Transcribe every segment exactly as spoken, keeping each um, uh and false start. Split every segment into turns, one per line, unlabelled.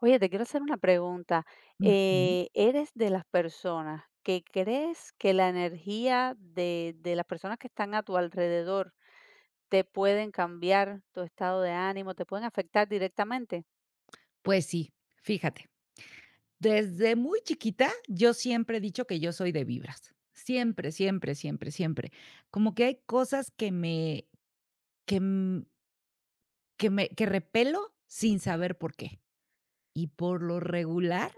Oye, te quiero hacer una pregunta.
Ujú.
Eh, ¿eres de las personas que crees que la energía de, de las personas que están a tu alrededor te pueden cambiar tu estado de ánimo, te pueden afectar directamente?
Pues sí, fíjate, desde muy chiquita yo siempre he dicho que yo soy de vibras. Siempre, siempre, siempre, siempre. Como que hay cosas que me que, mm, que me que repelo sin saber por qué. Y por lo regular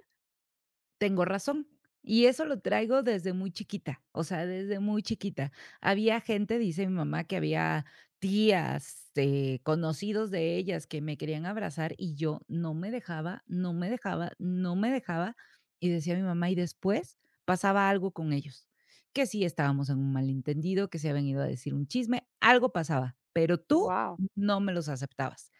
tengo razón. Y eso lo traigo desde muy chiquita, o sea, desde muy chiquita. Había gente, dice mi mamá, que había tías, eh, conocidos de ellas que me querían abrazar y yo no me dejaba, no me dejaba, no me dejaba. Y decía mi mamá, y después pasaba algo con ellos, que sí estábamos en un malentendido, que se habían ido a decir un chisme, algo pasaba, pero tú
Wow,
no me los aceptabas.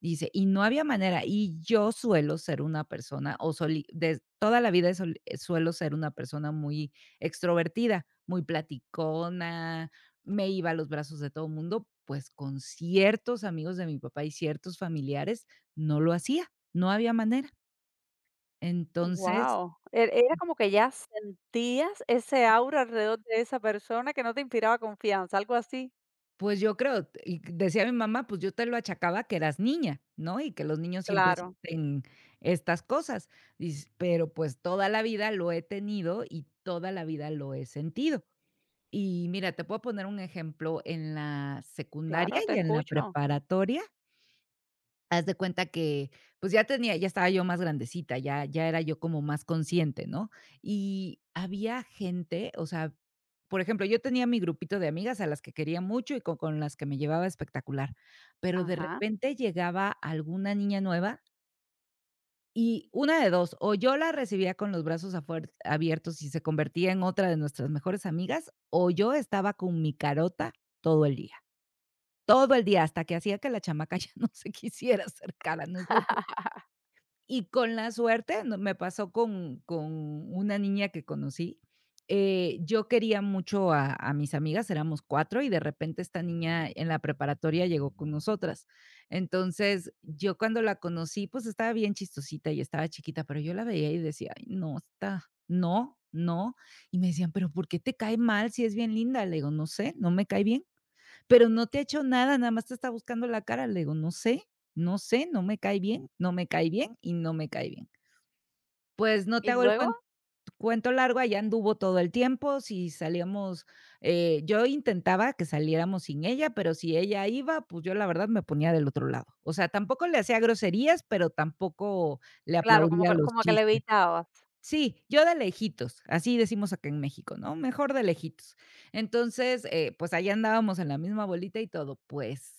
Dice, y no había manera, y yo suelo ser una persona, o soli de toda la vida sol suelo ser una persona muy extrovertida, muy platicona, me iba a los brazos de todo mundo, pues con ciertos amigos de mi papá y ciertos familiares no lo hacía, no había manera. Entonces,
wow. Era como que ya sentías ese aura alrededor de esa persona que no te inspiraba confianza, algo así.
Pues yo creo, t y decía mi mamá, pues yo te lo achacaba que eras niña, ¿no? Y que los niños siempre
Claro,
sienten estas cosas. Dices, pero pues toda la vida lo he tenido y toda la vida lo he sentido. Y mira, te puedo poner un ejemplo en la secundaria
claro, te
y en la
escucho.
preparatoria. Haz de cuenta que, pues, ya tenía ya estaba yo más grandecita, ya ya era yo como más consciente, ¿no? Y había gente, o sea, por ejemplo, yo tenía mi grupito de amigas a las que quería mucho y co con las que me llevaba espectacular, pero de
Ajá.
repente llegaba alguna niña nueva y una de dos, o yo la recibía con los brazos afuer abiertos y se convertía en otra de nuestras mejores amigas, o yo estaba con mi carota todo el día, todo el día, hasta que hacía que la chamaca ya no se quisiera acercar a nosotros. Y con la suerte, no me pasó con con una niña que conocí. Eh, yo quería mucho a a mis amigas, éramos cuatro y de repente esta niña en la preparatoria llegó con nosotras. Entonces, yo cuando la conocí, pues, estaba bien chistosita y estaba chiquita, pero yo la veía y decía: "Ay, no, está no, no". Y me decían: "¿Pero por qué te cae mal si es bien linda?". Le digo: "No sé, no me cae bien", pero no te ha hecho nada, nada más te está buscando la cara. Le digo, no sé, no sé, no me cae bien, no me cae bien y no me cae bien. Pues no te
Y
hago el
luego,
cuen cuento largo, allá anduvo todo el tiempo. Si salíamos, eh, yo intentaba que saliéramos sin ella, pero si ella iba, pues yo la verdad me ponía del otro lado. O sea, tampoco le hacía groserías, pero tampoco le
claro, como
aplaudía
que,
los
como que
chistes.
levitabas.
Sí, yo de lejitos, así decimos acá en México, ¿no? Mejor de lejitos. Entonces, eh, pues allá andábamos en la misma bolita y todo. Pues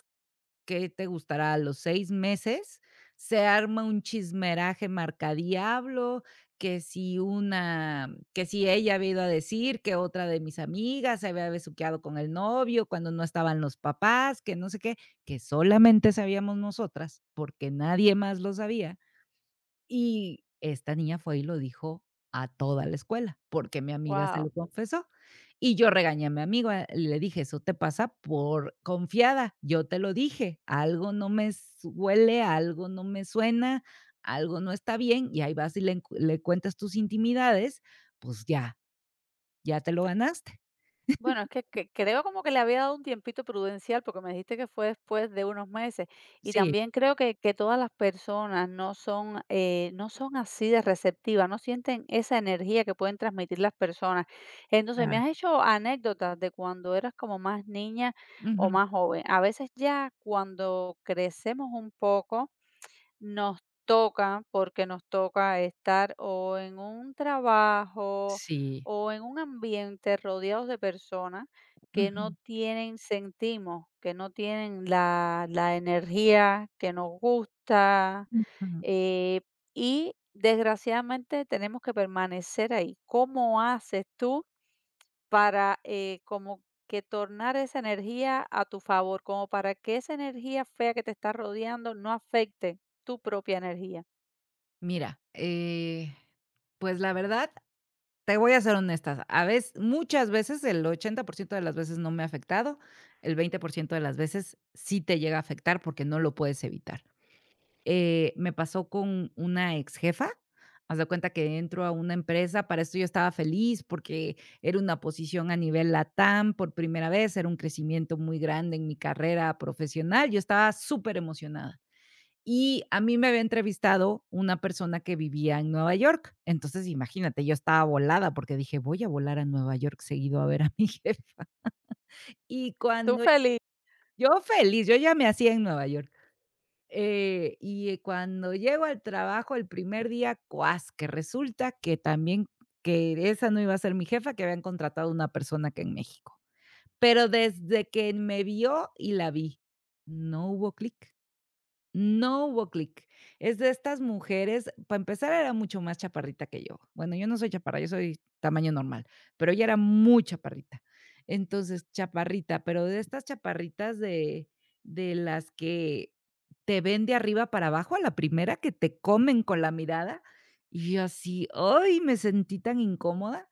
¿qué te gustará? A los seis meses, se arma un chismeraje marcadiablo, que si una, que si ella había ido a decir que otra de mis amigas se había besuqueado con el novio cuando no estaban los papás, que no sé qué, que solamente sabíamos nosotras, porque nadie más lo sabía. Y esta niña fue y lo dijo a toda la escuela, porque mi amiga se
Wow.
lo confesó. Y yo regañé a mi amiga. Eh, le dije: "Eso te pasa por confiada, yo te lo dije, algo no me s huele, algo no me suena, algo no está bien, y ahí vas y le encu le cuentas tus intimidades, pues ya, ya te lo ganaste".
Bueno, es que, que creo como que le había dado un tiempito prudencial porque me dijiste que fue después de unos meses, y
Sí,
también creo que, que todas las personas no son, eh, no son así de receptivas, no sienten esa energía que pueden transmitir las personas. Entonces, me
claro.
has hecho anécdotas de cuando eras como más niña o
Ujú.
más joven. A veces ya cuando crecemos un poco nos toca, porque nos toca estar o en un trabajo
Sí.
o en un ambiente rodeados de personas que no
Ujú,
tienen, sentimos, que no tienen la, la energía que nos gusta,
ujú.
eh, y desgraciadamente tenemos que permanecer ahí. ¿Cómo haces tú? Para, eh, como que tornar esa energía a tu favor, como para que esa energía fea que te está rodeando no afecte tu propia energía.
Mira, eh, pues la verdad, te voy a ser honesta, a veces, muchas veces, el ochenta por ciento de las veces no me ha afectado, el veinte por ciento de las veces sí te llega a afectar porque no lo puedes evitar. Eh, me pasó con una ex jefa. Haz de cuenta que entro a una empresa. Para esto, yo estaba feliz porque era una posición a nivel LATAM por primera vez, era un crecimiento muy grande en mi carrera profesional, yo estaba súper emocionada. Y a mí me había entrevistado una persona que vivía en Nueva York. Entonces, imagínate, yo estaba volada porque dije: "Voy a volar a Nueva York seguido a ver a mi jefe". Y
Tú
cuando
feliz.
yo feliz, yo ya me hacía en Nueva York. Eh, y cuando llego al trabajo el primer día, cuas, que resulta que también que esa no iba a ser mi jefa, que habían contratado una persona acá en México. Pero desde que me vio y la vi, no hubo clic. No hubo clic. Es de estas mujeres. Para empezar, era mucho más chaparrita que yo. Bueno, yo no soy chaparra, yo soy tamaño normal, pero ella era muy chaparrita. Entonces, chaparrita, pero de estas chaparritas de de las que te ven de arriba para abajo a la primera, que te comen con la mirada, y yo así, ¡ay!, me sentí tan incómoda.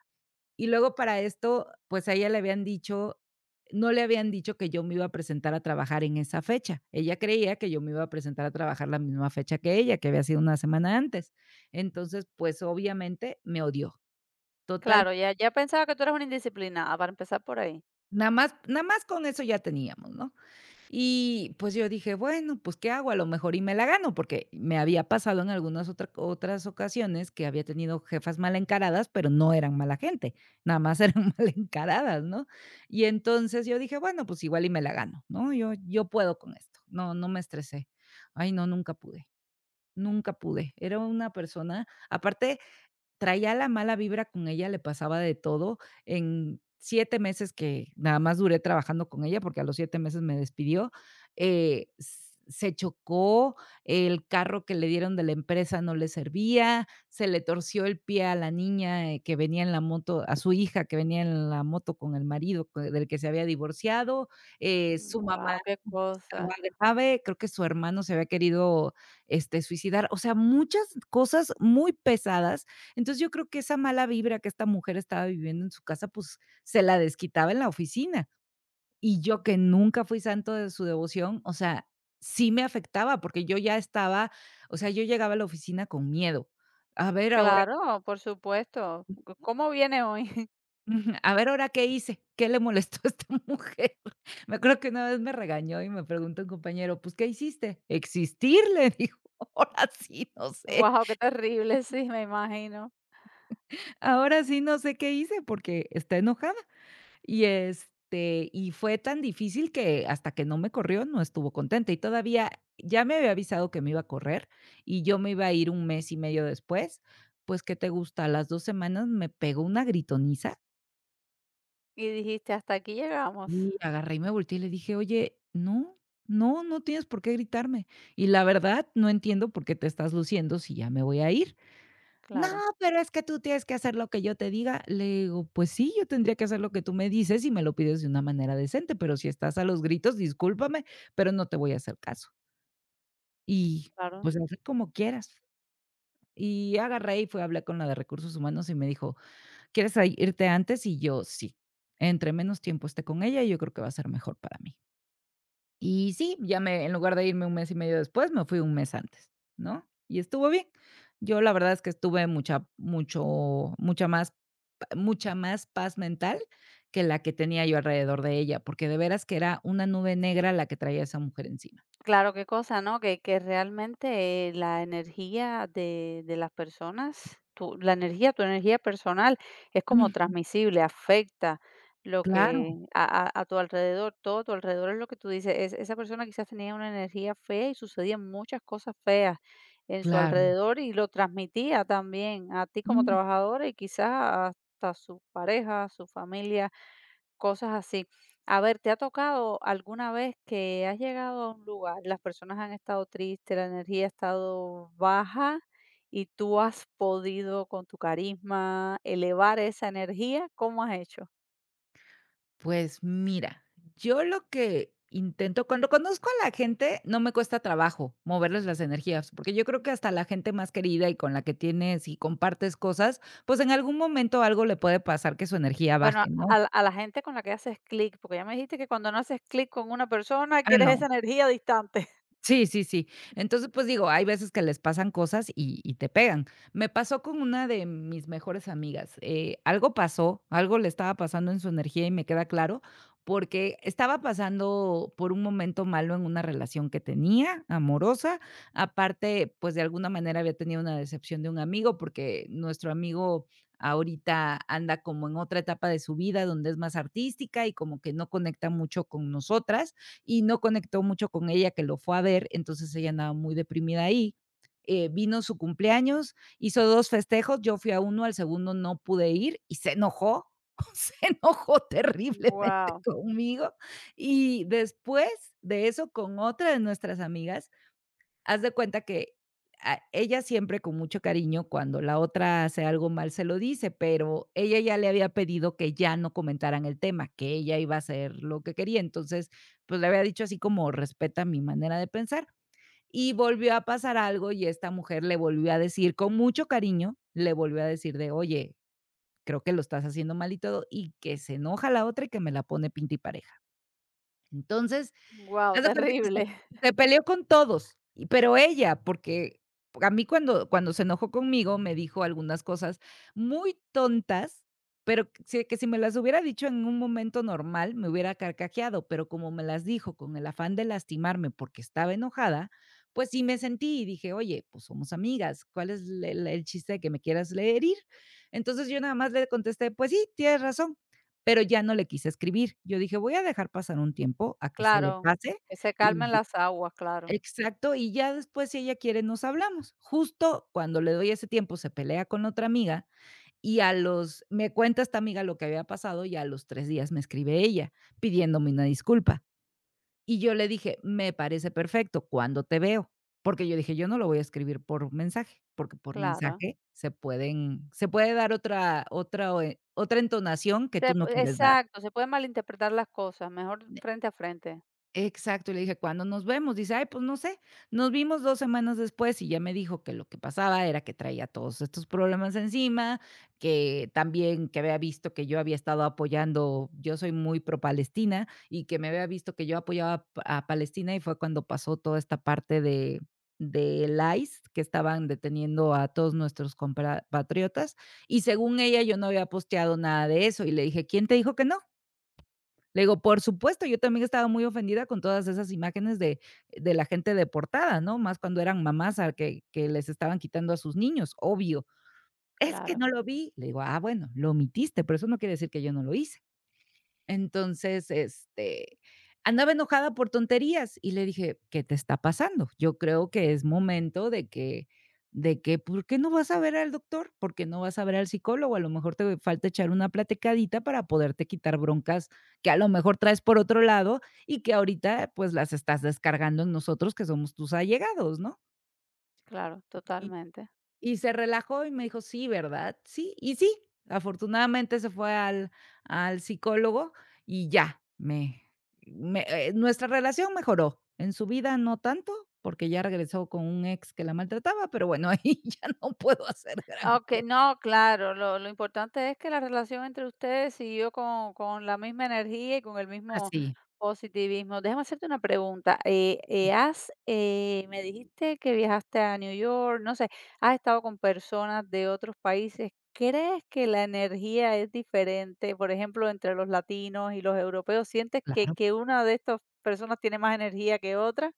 Y luego para esto, pues, a ella le habían dicho no le habían dicho que yo me iba a presentar a trabajar en esa fecha. Ella creía que yo me iba a presentar a trabajar la misma fecha que ella, que había sido una semana antes. Entonces, pues, obviamente me odió. Total,
Claro, ya ya pensaba que tú eras una indisciplinada, para empezar por ahí.
nada más nada más con eso ya teníamos, ¿no? Y pues yo dije, bueno, pues ¿qué hago? A lo mejor y me la gano, porque me había pasado en algunas otra- otras ocasiones que había tenido jefas mal encaradas, pero no eran mala gente, nada más eran mal encaradas, ¿no? Y entonces yo dije, bueno, pues igual y me la gano, ¿no? Yo, yo puedo con esto, no, no me estresé. Ay, no, nunca pude, nunca pude. Era una persona, aparte, traía la mala vibra con ella, le pasaba de todo. En siete meses que nada más duré trabajando con ella, porque a los siete meses me despidió, eh, s se chocó, el carro que le dieron de la empresa no le servía, se le torció el pie a la niña, eh, que venía en la moto, a su hija que venía en la moto con el marido que del que se había divorciado, eh, su mamá
Wow, qué
estaba
cosa.
grave, creo que su hermano se había querido, este, suicidar. O sea, muchas cosas muy pesadas. Entonces, yo creo que esa mala vibra que esta mujer estaba viviendo en su casa, pues, se la desquitaba en la oficina. Y yo, que nunca fui santo de su devoción, o sea, sí me afectaba, porque yo ya estaba, o sea, yo llegaba a la oficina con miedo. A ver ahora.
Claro, por supuesto. C ¿Cómo viene hoy?
Ujú, a ver ahora qué hice, qué le molestó a esta mujer. Me acuerdo que una vez me regañó y me preguntó un compañero: "Pues, ¿qué hiciste?". Existirle, dijo. Ahora sí no sé,
Wow, qué terrible, sí, me imagino.
ahora sí no sé qué hice porque está enojada. Y, este, y fue tan difícil que hasta que no me corrió, no estuvo contenta. Y todavía ya me había avisado que me iba a correr y yo me iba a ir un mes y medio después. Pues, ¿qué te gusta? A las dos semanas me pegó una gritoniza
Y dijiste: "Hasta aquí llegamos".
y agarré y me volteé y le dije: "Oye, no, no, no tienes por qué gritarme. Y la verdad, no entiendo por qué te estás luciendo si ya me voy a ir". No,
Claro,
pero es que tú tienes que hacer lo que yo te diga. Le digo, pues sí, yo tendría que hacer lo que tú me dices y me lo pides de una manera decente, pero si estás a los gritos, discúlpame, pero no te voy a hacer caso. Y
claro.
pues haz como quieras. Y agarré y fui a hablar con la de recursos humanos y me dijo: ¿quieres a- irte antes? Y yo sí. Entre menos tiempo esté con ella, yo creo que va a ser mejor para mí. Y sí, ya me en lugar de irme un mes y medio después, me fui un mes antes, ¿no? Y estuvo bien. Yo la verdad es que estuve mucha mucho mucha más mucha más paz mental que la que tenía yo alrededor de ella, porque de veras que era una nube negra la que traía esa mujer encima.
Claro, qué cosa, ¿no? Que, que realmente eh, la energía de, de las personas, tu, la energía, tu energía personal es como
Ujú.
transmisible, afecta lo que
Claro,
a, a- a tu alrededor, todo tu alrededor es lo que tú dices. Es- esa persona quizás tenía una energía fea y sucedían muchas cosas feas en su
claro.
alrededor y lo transmitía también a ti como trabajadora y quizás hasta su pareja, su familia. Cosas así. A ver, ¿te ha tocado alguna vez que has llegado a un lugar, las personas han estado tristes, la energía ha estado baja y tú has podido con tu carisma elevar esa energía? ¿Cómo has hecho?
Pues mira, yo lo que intento cuando conozco a la gente, no me cuesta trabajo moverles las energías, porque yo creo que hasta la gente más querida y con la que tienes y compartes cosas, pues en algún momento algo le puede pasar que su energía
Bueno, a,
baje, ¿no?
a la a la gente con la que haces clic, porque ya me dijiste que cuando no haces clic con una persona,
Ah,
quieres esa
no.
energía distante.
Sí, sí, sí. Entonces, pues digo, hay veces que les pasan cosas y y te pegan. Me pasó con una de mis mejores amigas, eh, algo pasó, algo le estaba pasando en su energía y me queda claro, porque estaba pasando por un momento malo en una relación que tenía, amorosa. Aparte, pues de alguna manera había tenido una decepción de un amigo, porque nuestro amigo ahorita anda como en otra etapa de su vida donde es más artística y como que no conecta mucho con nosotras y no conectó mucho con ella que lo fue a ver, entonces ella andaba muy deprimida ahí. Eh, vino su cumpleaños, hizo dos festejos, yo fui a uno, al segundo no pude ir y se enojó, se enojó terriblemente
Wow,
conmigo. Y después de eso, con otra de nuestras amigas, haz de cuenta que a ella siempre con mucho cariño, cuando la otra hace algo mal, se lo dice, pero ella ya le había pedido que ya no comentaran el tema, que ella iba a hacer lo que quería. Entonces, pues, le había dicho así como: "Respeta mi manera de pensar". Y volvió a pasar algo, y esta mujer le volvió a decir con mucho cariño, le volvió a decir de: "Oye, creo que lo estás haciendo mal y todo", y que se enoja la otra y que me la pone pinta y pareja. Entonces,
wow,
haz de cuenta que se
terrible.
se peleó con todos, y pero ella, porque a mí cuando cuando se enojó conmigo, me dijo algunas cosas muy tontas, pero que si que si me las hubiera dicho en un momento normal, me hubiera carcajeado, pero como me las dijo con el afán de lastimarme porque estaba enojada, pues sí me sentí y dije: "Oye, pues somos amigas, ¿cuál es el el el chiste de que me quieras le herir?". Entonces, yo nada más le contesté: "Pues sí, tienes razón", pero ya no le quise escribir. Yo dije: "Voy a dejar pasar un tiempo a que se le
Claro,
pase".
que se
Y
calmen
ya-
las aguas, claro,
exacto, y ya después, si ella quiere, nos hablamos. Justo cuando le doy ese tiempo, se pelea con otra amiga y a los me cuenta esta amiga lo que había pasado y a los tres días me escribe ella pidiéndome una disculpa. Y yo le dije: "Me parece perfecto, ¿cuándo te veo?". Porque yo dije: "Yo no lo voy a escribir por mensaje", porque por
claro.
mensaje se pueden se puede dar otra otra, eh, otra entonación que
Se
tú no
pu-
quieres dar.
exacto, se pueden malinterpretar las cosas, mejor frente a frente.
Exacto, y le dije: "¿Cuándo nos vemos?". Dice: "Ay, pues no sé". Nos vimos dos semanas después y ya me dijo que lo que pasaba era que traía todos estos problemas encima, que también que había visto que yo había estado apoyando, yo soy muy pro Palestina, y que me había visto que yo apoyaba a a Palestina, y fue cuando pasó toda esta parte de del I C E, que estaban deteniendo a todos nuestros compatriotas, y según ella, yo no había posteado nada de eso, y le dije: "¿Quién te dijo que no?". Le digo, por supuesto, yo también estaba muy ofendida con todas esas imágenes de de la gente deportada, ¿no? Más cuando eran mamás a que que les estaban quitando a sus niños, obvio. Es que
Claro,
no lo vi. Le digo: "Ah, bueno, lo omitiste, pero eso no quiere decir que yo no lo hice". Entonces, este, andaba enojada por tonterías y le dije: "¿Qué te está pasando? Yo creo que es momento de que de que, ¿por qué no vas a ver al doctor? ¿Por qué no vas a ver al psicólogo? A lo mejor te falta echar una platicadita para poderte quitar broncas que a lo mejor traes por otro lado y que ahorita, pues, las estás descargando en nosotros, que somos tus allegados", ¿no?
claro, totalmente.
Y se relajó y me dijo: "Sí, ¿verdad?". Sí, y sí, afortunadamente se fue al al psicólogo y ya, me me, eh, nuestra relación mejoró. En su vida no tanto, porque ya regresó con un ex que la maltrataba, pero bueno, ahí ya no puedo hacer
Ah,
gran
ok,
cosa.
no, claro, lo lo importante es que la relación entre ustedes siguió con con la misma energía y con el mismo
Así,
positivismo. Déjame hacerte una pregunta, eh
sí,
eh, ¿has, eh, me dijiste que viajaste a New York, no sé, has estado con personas de otros países, ¿crees que la energía es diferente, por ejemplo, entre los latinos y los europeos? ¿Sientes que
claro.
que una de estas personas tiene más energía que otra?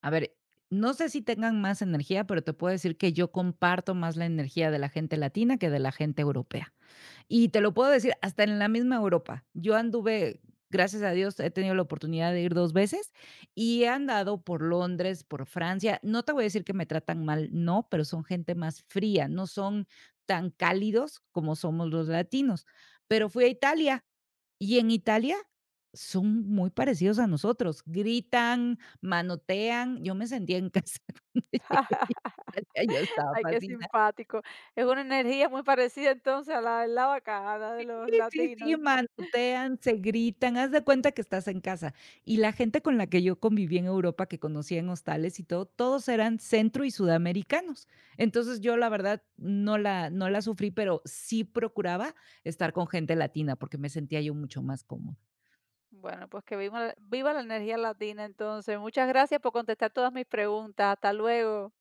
A ver, no sé si tengan más energía, pero te puedo decir que yo comparto más la energía de la gente latina que de la gente europea. Y te lo puedo decir, hasta en la misma Europa. Yo anduve, gracias a Dios, he tenido la oportunidad de ir dos veces y he andado por Londres, por Francia. No te voy a decir que me tratan mal, no, pero son gente más fría, no son tan cálidos como somos los latinos. Pero fui a Italia y en Italia son muy parecidos a nosotros, gritan, manotean. Yo me sentía en casa cuando llegué a Italia, yo estaba
Ay, qué
fascinada.
simpático. Es una energía muy parecida entonces a la del bacana de
Sí,
los
sí, sí,
latinos.
manotean, se gritan, haz de cuenta que estás en casa. Y la gente con la que yo conviví en Europa, que conocía en hostales y todo, todos eran centro y sudamericanos. Entonces, yo la verdad no la no la sufrí, pero sí procuraba estar con gente latina, porque me sentía yo mucho más cómoda.
Bueno, pues que viva, la- viva la energía latina entonces. Muchas gracias por contestar todas mis preguntas. Hasta luego.